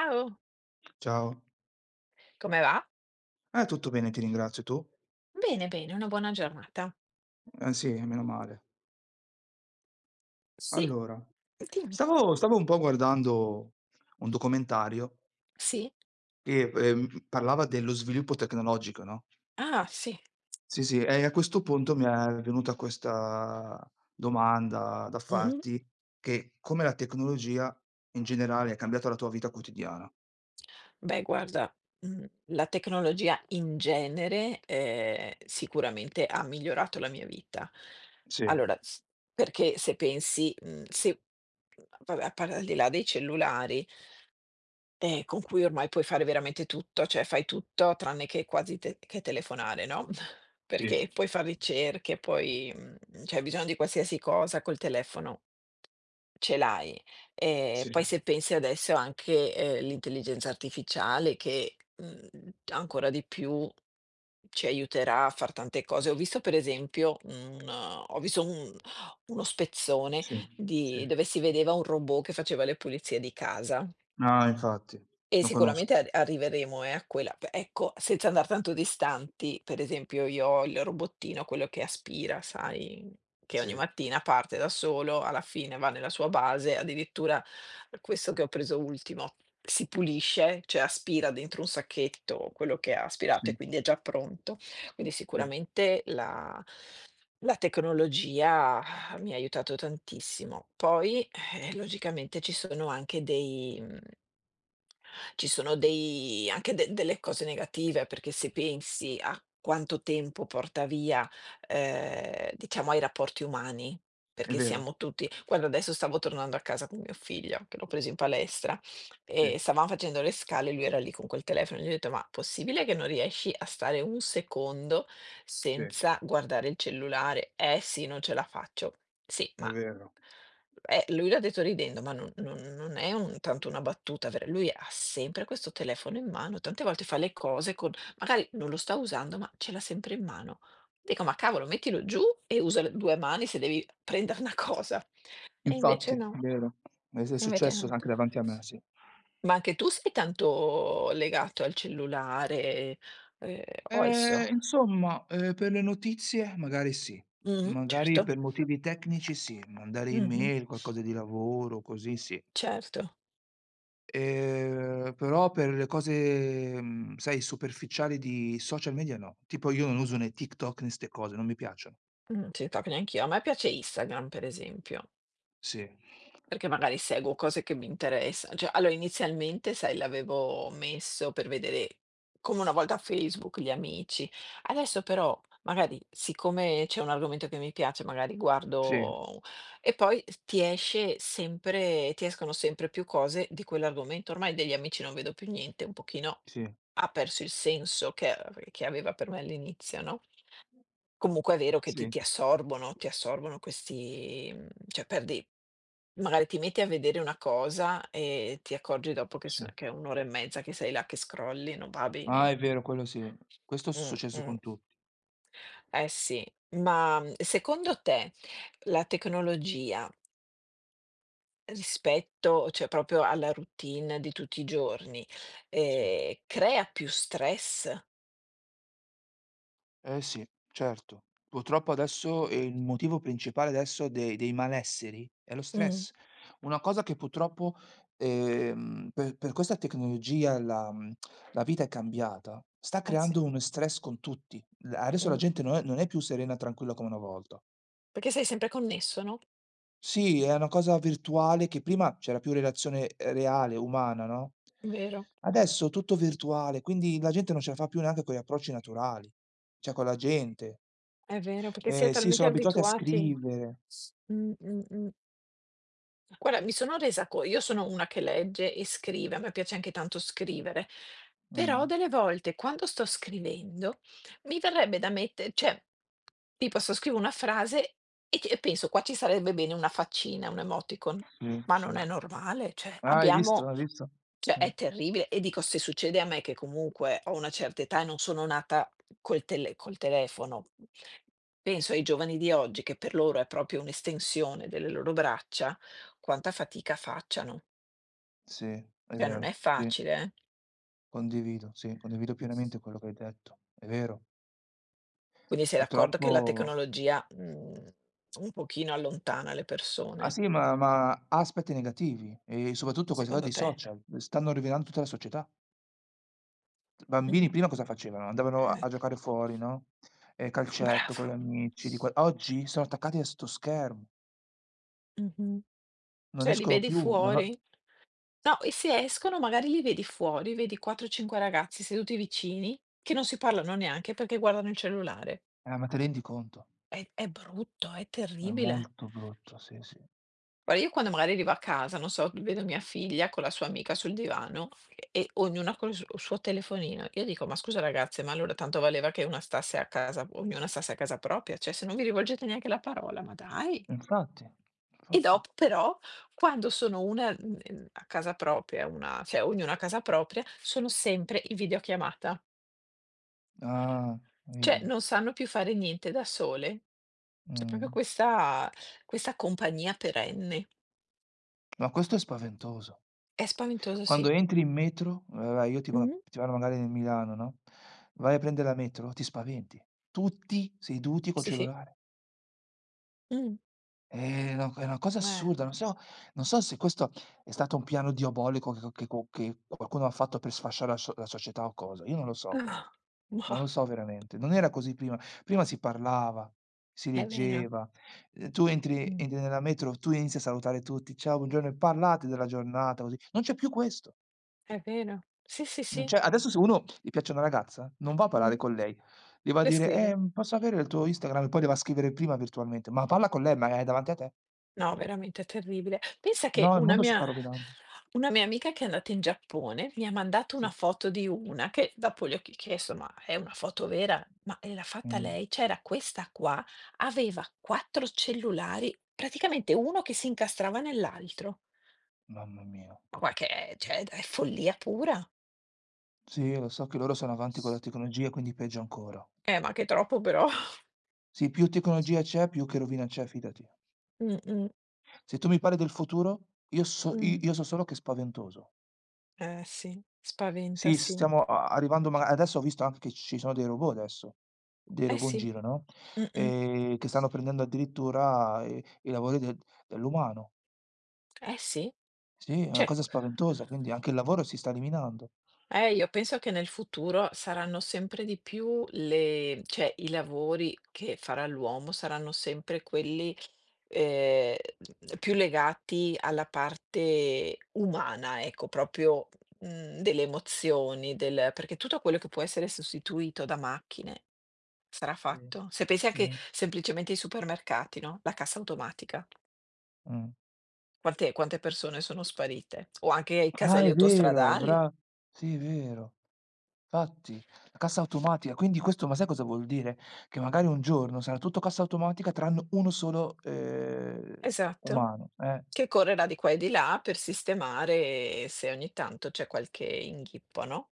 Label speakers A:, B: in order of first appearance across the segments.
A: Ciao.
B: Ciao.
A: Come va?
B: Tutto bene, ti ringrazio. Tu?
A: Bene, bene, una buona giornata.
B: Sì, meno male.
A: Sì,
B: Allora,
A: dimmi.
B: stavo un po' guardando un documentario
A: Sì?
B: che, parlava dello sviluppo tecnologico, no,
A: Ah, sì.
B: sì, sì, e a questo punto mi è venuta questa domanda da
A: Mh-mh.
B: farti, che come la tecnologia in generale ha cambiato la tua vita quotidiana.
A: Beh guarda, la tecnologia in genere, sicuramente ha migliorato la mia vita.
B: Sì,
A: Allora, s perché se pensi, mhmm, se vabbè a par al di là dei cellulari, con cui ormai puoi fare veramente tutto, cioè fai tutto tranne che quasi te che telefonare, no, perché
B: sì,
A: puoi far ricerche, puoi cioè hai bisogno di qualsiasi cosa col telefono ce l'hai. Ehm,
B: sì,
A: poi se pensi adesso anche, l'intelligenza artificiale che, ancora di più ci aiuterà a far tante cose. Ho visto per esempio un ho visto un uno spezzone
B: sì, sì.
A: di dove si vedeva un robot che faceva le pulizie di casa.
B: Ah, infatti,
A: E
B: lo
A: sicuramente
B: conosco.
A: ar arriveremo, a quella p ecco, senza andar tanto distanti, per esempio io ho il robottino, quello che aspira, sai, che ogni
B: Sì,
A: mattina parte da solo, alla fine va nella sua base, addirittura questo che ho preso ultimo si pulisce, cioè aspira dentro un sacchetto quello che ha aspirato
B: sì,
A: e quindi è già pronto. Quindi
B: sì,
A: sicuramente la tecnologia mi ha aiutato tantissimo. Poi, logicamente ci sono dei anche de delle cose negative, perché se pensi a quanto tempo porta via, diciamo ai rapporti umani,
B: è
A: perché
B: vero,
A: siamo tutti guarda, adesso stavo tornando a casa con mio figlio, che l'ho preso in palestra,
B: sì.
A: e stavam facendo le scale e lui era lì con quel telefono. Gli ho detto: "Ma possibile che non riesci a stare 1 secondo
B: Sì,
A: senza guardare il cellulare?" "Eh sì, non ce la faccio." "Sì,
B: è
A: ma."
B: vero.
A: Lui l'ha detto ridendo, ma non è un tanto una battuta vera, lui ha sempre questo telefono in mano, tante volte fa le cose con magari non lo sta usando, ma ce l'ha sempre in mano. Dico: "Ma cavolo, mettilo giù e usa le 2 mani se devi prendere una cosa." E invece
B: Infatti, è
A: no,
B: vero. Es è
A: e invece
B: successo
A: no.
B: anche davanti a me, sì.
A: Ma anche tu sei tanto legato al cellulare, ehm, o ai so
B: Insomma, per le notizie magari sì,
A: mh-mh,
B: magari
A: certo.
B: per motivi tecnici sì, mandare
A: Mh-mh,
B: email, qualcosa di lavoro, così sì.
A: certo.
B: Però per le cose, sai, superficiali di social media no. Tipo io non uso né TikTok né 'ste cose, non mi piacciono.
A: Sì, proprio neanch'io. A me piace Instagram, per esempio.
B: Sì.
A: Perché magari seguo cose che mi interessa, cioè allora inizialmente sai l'avevo messo per vedere, come una volta Facebook, gli amici. Adesso però magari siccome c'è un argomento che mi piace, magari
B: Sì,
A: guardo e poi s ti escono sempre più cose di quell'argomento. Ormai degli amici non vedo più niente, un pochino
B: sì,
A: ha perso il senso che aveva per me all'inizio, no? Comunque è vero che ti
B: sì,
A: ti assorbono, ti assorbono questi cioè perdi, magari ti metti a vedere una cosa e ti accorgi dopo che so
B: sì.
A: che è 1 ora e mezza che sei là che scrolli, non va
B: Ah,
A: bene.
B: è vero, quello sì. Questo
A: Mh,
B: successo
A: mh.
B: con tutti,
A: Eh sì. Ma, secondo te la tecnologia rispetto cioè proprio alla routine di tutti i giorni,
B: sì.
A: crea più stress?
B: Eh sì, certo. Purtroppo adesso, il motivo principale adesso de dei malesseri è lo
A: Mh.
B: stress. Una cosa che purtroppo, per questa tecnologia la vita è cambiata, sta
A: Eh sì.
B: creando uno stress con tutti. L adesso la
A: Mh.
B: gente non è più serena e tranquilla come una volta.
A: Perché sei sempre connesso, no,
B: Sì, è una cosa virtuale che prima c'era più relazione, reale, umana, no,
A: vero?
B: adesso è tutto virtuale, quindi la gente non ce la fa più neanche con gli approcci naturali, cioè con la gente.
A: È vero, perché si è
B: Sì,
A: talmente
B: sono abituati a
A: abituati.
B: scrivere.
A: Mh, mh, mh. Guarda, mi sono resa co io sono una che legge e scrive, a me piace anche tanto scrivere,
B: Mh.
A: però delle volte quando sto scrivendo mi verrebbe da mette cioè tipo se scrivo una frase e penso: "Qua ci sarebbe bene una faccina, un emoticon."
B: Sì,
A: Ma non
B: sì.
A: è normale,
B: Ah, hai visto? Hai visto?
A: cioè
B: Sì,
A: è terribile. E dico se succede a me che comunque ho una certa età e non sono nata col telefono, penso ai giovani di oggi che per loro è proprio un'estensione delle loro braccia, quanta fatica facciano.
B: sì, è
A: Cioè non
B: vero,
A: è
B: sì.
A: facile, eh.
B: Condivido, sì, condivido pienamente quello che hai detto. È vero.
A: Quindi sei d'accordo che la
B: Purtroppo
A: tecnologia, un pochino allontana le
B: ah
A: persone,
B: sì, ma ha aspetti negativi e soprattutto questa cosa
A: secondo
B: dei
A: te?
B: social, stanno rovinando tutta la società.
A: Mh.
B: Bambini prima cosa facevano? Andavano
A: Eh,
B: a giocare fuori, no, calcetto con gli
A: bravo.
B: amici, di qua oggi sono attaccati a 'sto schermo,
A: Mh-mh.
B: non
A: Cioè li
B: escono
A: vedi
B: più, non
A: fuori
B: ho
A: No, e se escono magari li vedi fuori, vedi 4, 5 ragazzi seduti vicini, che non si parlano neanche perché guardano il cellulare.
B: ma te rendi conto?
A: È brutto, è
B: È
A: terribile.
B: molto brutto, sì, sì.
A: Guarda, io quando magari arrivo a casa, non so, vedo mia figlia con la sua amica sul divano e ognuna col s suo telefonino. Io dico: "Ma scusa ragazze, ma allora tanto valeva che una stasse a casa ognuna stasse a casa propria, cioè se non vi rivolgete neanche la parola, ma dai!"
B: Infatti,
A: E
B: infatti.
A: dopo però, quando sono a casa propria, una cioè ognuna a casa propria, sono sempre in videochiamata.
B: Ah,
A: Cioè
B: vedi?
A: non sanno più fare niente da sole. C'è proprio
B: Mh.
A: questa compagnia perenne.
B: Ma questo è spaventoso.
A: È spaventoso,
B: Quando
A: sì.
B: entri in metro, vabbè io ti va
A: Mh-mh.
B: ti vado magari nel Milano, no, vai a prendere la metro, ti spaventi. Tutti seduti col
A: Sì, sì.
B: cellulare.
A: Mh.
B: È una cosa
A: Eh.
B: assurda, non so se questo è stato un piano diabolico che qualcuno ha fatto per sfasciare la società o cosa, io non lo so. Non lo
A: Mah.
B: so veramente, non era così prima. Prima si parlava, si
A: È vero.
B: leggeva, tu entri
A: Mh.
B: entri nella metro, tu inizi a salutare tutti: "Ciao, buongiorno" e parlate della giornata così. Non c'è più questo.
A: È vero. Sì, sì,
B: Non
A: sì.
B: c'è adesso, se uno gli piace una ragazza, non va a parlare
A: Mh.
B: con lei, gli va a dire:
A: Descrive.
B: Posso avere il tuo Instagram?" E poi le va a scrivere prima virtualmente, ma parla con lei, ma è davanti a te.
A: No, veramente terribile. Pensa che
B: No, il mondo si sta rovinando.
A: una mia amica che è andata in Giappone mi ha mandato
B: Sì.
A: una foto di una, che dopo le ho ch chiesto: "Ma è una foto vera?" "Ma, l'ha fatta
B: Mh.
A: lei?" C'era questa qua, aveva 4 cellulari, praticamente uno che si incastrava nell'altro.
B: Mamma mia.
A: Ma guarda che è, cioè è follia pura.
B: Sì, lo so che loro sono avanti con la tecnologia, quindi peggio ancora.
A: Ma che troppo però.
B: Sì, più tecnologia c'è, più che rovina c'è, fidati.
A: Mh-mh,
B: Se tu mi parli del futuro, io so i
A: mh.
B: io so solo che è spaventoso.
A: Eh sì, spaventa,
B: Sì,
A: sì.
B: stiamo a arrivando, ma adesso ho visto anche che ci sono dei robot adesso, dei
A: Eh
B: robot in
A: sì,
B: giro, no,
A: mh-mh,
B: che stanno prendendo addirittura i lavori dell'umano.
A: eh sì.
B: Sì, è una
A: Cioè.
B: cosa spaventosa, quindi anche il lavoro si sta eliminando.
A: Io penso che nel futuro saranno sempre di più le cioè i lavori che farà l'uomo saranno sempre quelli, ehm, più legati alla parte umana, ecco, proprio, delle emozioni, del perché tutto quello che può essere sostituito da macchine sarà
B: Sì,
A: fatto. Se pensi
B: sì,
A: anche semplicemente ai supermercati, no, la cassa automatica,
B: mh.
A: quante persone sono sparite, o anche ai
B: Ah,
A: caselli
B: è vero,
A: autostradali.
B: bra sì, è vero. Fatti, la cassa automatica, quindi questo, ma sai cosa vuol dire? Che magari un giorno sarà tutto cassa automatica tranne uno solo,
A: Esatto.
B: umano, eh.
A: Che correrà di qua e di là per sistemare se ogni tanto c'è qualche inghippo, no,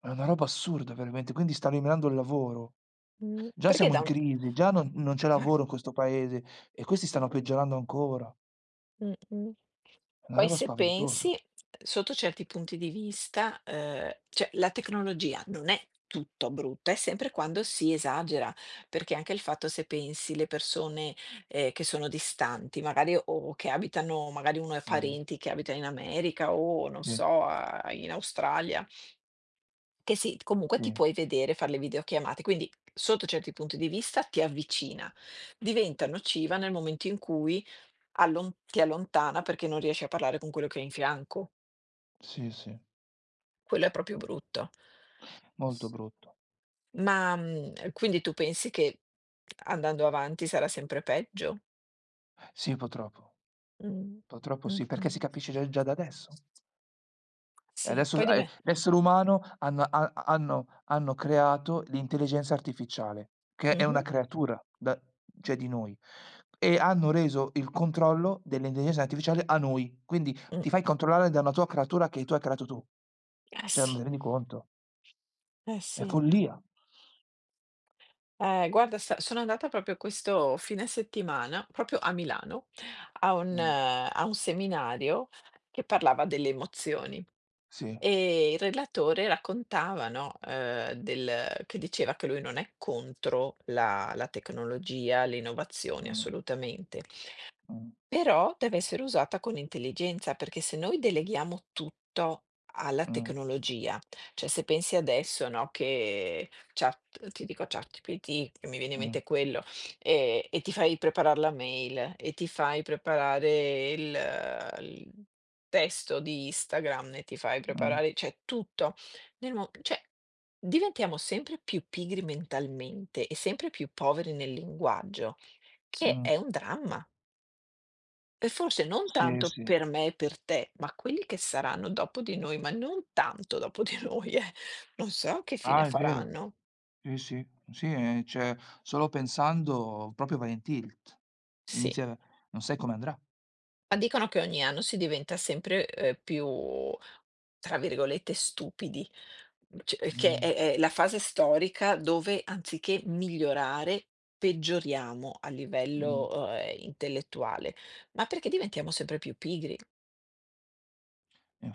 B: È una roba assurda veramente, quindi sta eliminando il lavoro.
A: mhmm,
B: Già
A: perché
B: siamo
A: da
B: in
A: un
B: crisi, già non c'è lavoro in questo paese e questi stanno peggiorando ancora.
A: mh-mh.
B: È una
A: Poi
B: roba
A: se
B: spaventosa.
A: pensi, sotto certi punti di vista, cioè la tecnologia non è tutto brutta, è sempre quando si esagera, perché anche il fatto se pensi le persone, che sono distanti, magari o che abitano, magari uno ha
B: Mh,
A: parenti che abita in America o non
B: sì,
A: so, a in Australia. Che sì, comunque
B: sì,
A: ti puoi vedere, far le videochiamate, quindi sotto certi punti di vista ti avvicina. Diventa nociva nel momento in cui allon ti allontana perché non riesci a parlare con quello che hai in fianco.
B: sì, sì,
A: Quello è proprio brutto.
B: molto brutto.
A: Ma, quindi tu pensi che andando avanti sarà sempre peggio?
B: Sì, purtroppo,
A: Mh.
B: purtroppo sì, perché
A: Mh-mh.
B: si capisce già da adesso. E
A: Sì,
B: adesso s
A: poi diven
B: l'essere umano hanno ha hanno hanno creato l'intelligenza artificiale, che è una
A: mh-mh.
B: creatura da cioè di noi, e hanno reso il controllo dell'intelligenza artificiale a noi, quindi
A: Mh.
B: ti fai controllare da una tua creatura che tu hai creato tu.
A: Eh
B: Cioè,
A: sì,
B: ma ti rendi conto?
A: eh
B: È
A: sì.
B: follia.
A: Guarda, sta sono andata proprio questo fine settimana, proprio a Milano,
B: Mh,
A: a un seminario che parlava delle emozioni
B: sì.
A: e il relatore raccontava, no, del che diceva che lui non è contro la tecnologia, le innovazioni,
B: Mh,
A: assolutamente.
B: mh,
A: Però deve essere usata con intelligenza, perché se noi deleghiamo tutto alla
B: mh,
A: tecnologia, cioè se pensi adesso, no, che Chat ti dico ChatGPT, che mi viene in
B: mh,
A: mente quello, e ti fai preparare la mail, e ti fai preparare il testo di Instagram, e ti fai
B: mh,
A: preparare cioè tutto, nel mo cioè diventiamo sempre più pigri mentalmente e sempre più poveri nel linguaggio, che
B: mh.
A: è un dramma. E forse non
B: Sì,
A: tanto
B: sì.
A: per me e per te, ma quelli che saranno dopo di noi, ma non tanto dopo di noi, eh. Non so che fine
B: Ah, è vero.
A: faranno.
B: Sì, sì, sì, cioè solo pensando proprio vai in tilt.
A: Sì,
B: Inizia Non sai come andrà.
A: ma dicono che ogni anno si diventa sempre, più, tra virgolette, "stupidi", c che
B: Mh,
A: è la fase storica dove anziché migliorare, peggioriamo a
B: mh,
A: livello, intellettuale, ma perché diventiamo sempre più pigri.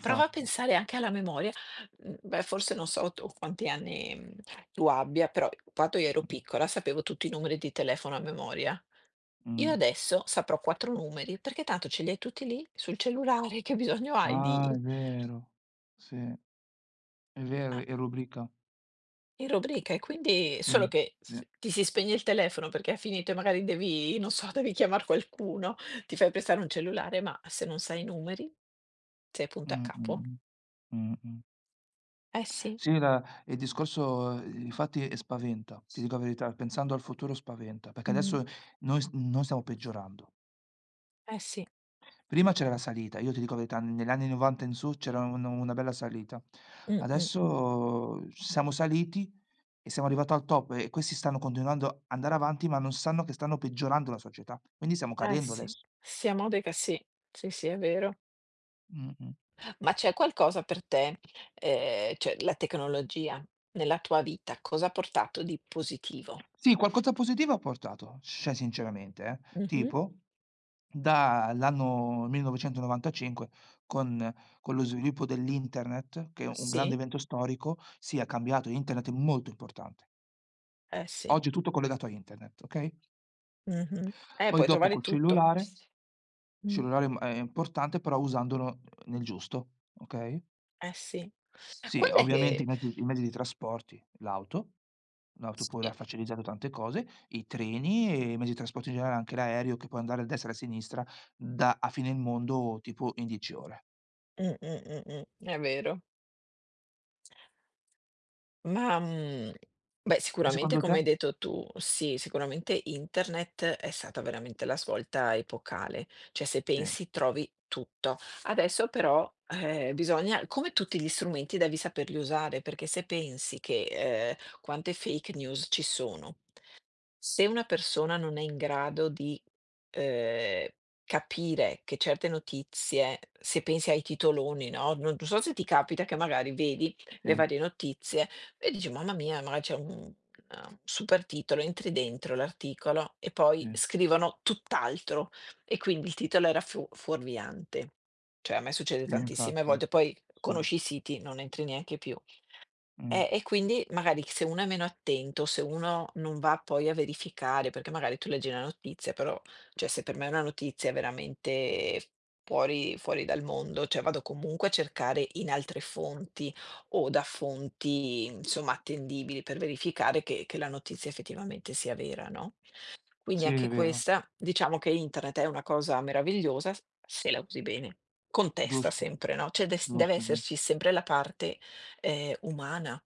A: Prova a pensare anche alla memoria, beh, forse non so tu quanti anni, tu abbia, però quando io ero
B: Mh,
A: piccola sapevo tutti i numeri di telefono a memoria. Io
B: mh.
A: adesso saprò 4 numeri, perché tanto ce li hai tutti lì sul cellulare, che bisogno hai
B: Ah, è vero. Sì, è vero,
A: ah,
B: è rubrica.
A: in rubrica. E quindi
B: Sì,
A: solo che
B: sì.
A: s ti si spegne il telefono perché è finito e magari devi, non so, devi chiamar qualcuno, ti fai prestare un cellulare, ma se non sai i numeri, sei punto a
B: Mh,
A: capo.
B: mh, mh, mh.
A: Eh sì.
B: Sì, la il discorso, infatti, spaventa, ti dico la verità, pensando al futuro spaventa, perché
A: Mh.
B: adesso noi stiamo peggiorando.
A: Eh sì.
B: Prima c'era la salita, io ti dico la verità, negli anni '90 in su c'era un una bella salita.
A: Mh-mh.
B: Adesso siamo saliti e siamo arrivato al top e questi stanno continuando a andare avanti, ma non sanno che stanno peggiorando la società. Quindi stiamo
A: Eh
B: cadendo
A: sì,
B: adesso.
A: sia modica sì, sì, sì è vero.
B: Mh-mh.
A: Ma c'è qualcosa per te, cioè la tecnologia nella tua vita cosa ha portato di positivo?
B: Sì, qualcosa positivo ha portato, cioè sinceramente, eh.
A: Mh-mh.
B: Tipo dall'anno 1995 con con lo sviluppo dell'internet, che è un grande
A: Sì,
B: evento storico, sì ha cambiato, internet è molto importante.
A: eh sì.
B: Oggi è tutto collegato a internet, okay?
A: Mh-mh. Eh,
B: Poi
A: puoi
B: dopo
A: trovare
B: col
A: tutto.
B: cellulare, il
A: Mh,
B: cellulare m è importante, però usandolo nel giusto, okay?
A: eh sì.
B: Sì,
A: Quand'è
B: ovviamente i
A: che
B: mezzi i mezzi di trasporti, l'auto pure
A: sì.
B: ha facilitato tante cose, i treni e i mezzi di trasporto in generale, anche l'aereo che può andare a destra e a sinistra da a fine il mondo tipo in 10 ore.
A: È vero. Ma, beh,
B: E
A: sicuramente
B: secondo te?
A: come hai detto tu, sì, sicuramente internet è stata veramente la svolta epocale, cioè se
B: Sì,
A: pensi trovi tutto. Adesso però, bisogna come tutti gli strumenti devi saperli usare, perché se pensi che, quante fake news ci sono, se una persona non è in grado di, ehm, capire che certe notizie, se pensi ai titoloni, no, non so se ti capita che magari vedi le
B: sì,
A: varie notizie e dici: "Mamma mia, magari c'è un super titolo", entri dentro l'articolo e poi
B: sì,
A: scrivono tutt'altro, e quindi il titolo era fu fuorviante. Cioè a me succede
B: sì
A: tantissime
B: infatti,
A: volte, poi
B: sì.
A: conosci i siti, non entri neanche più.
B: Mh.
A: E quindi magari se uno è meno attento, se uno non va poi a verificare, perché magari tu leggi la notizia, però cioè se per me è una notizia veramente fuori fuori dal mondo, cioè vado comunque a cercare in altre fonti o da fonti insomma attendibili per verificare che la notizia effettivamente sia vera, no, quindi
B: Sì, è
A: anche
B: vero.
A: questa diciamo che internet è una cosa meravigliosa s se la usi bene. Con testa
B: Giusto,
A: sempre, no, cioè des deve
B: giusto, giusto.
A: esserci sempre la parte, umana.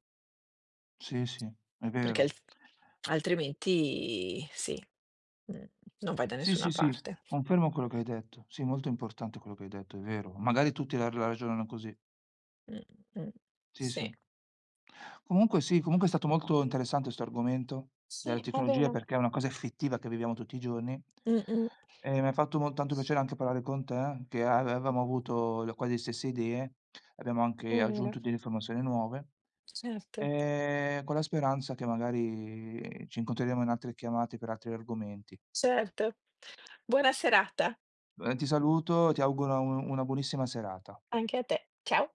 B: Sì, sì, è
A: Perché al
B: vero.
A: altrimenti sì, mhmm, non vai da
B: Sì, sì,
A: nessuna
B: sì,
A: parte.
B: confermo quello che hai detto. Sì, molto importante quello che hai detto, è vero. Magari tutti la ragionano così.
A: Mh-mh.
B: Sì, sì.
A: Sì,
B: Comunque sì, comunque è stato molto interessante 'sto argomento della
A: sì, è
B: tecnologia,
A: vero.
B: perché è una cosa effettiva che viviamo tutti i giorni
A: Mh-mh,
B: e mi ha fatto mo tanto piacere anche parlare con te, che avevamo avuto le quasi le stesse idee, abbiamo
A: è
B: anche
A: vero.
B: aggiunto delle informazioni nuove,
A: Certo,
B: con la speranza che magari ci incontreremo in altre chiamate per altri argomenti.
A: certo. Buona serata
B: Ti saluto e ti auguro u una buonissima serata.
A: anche a te. Ciao.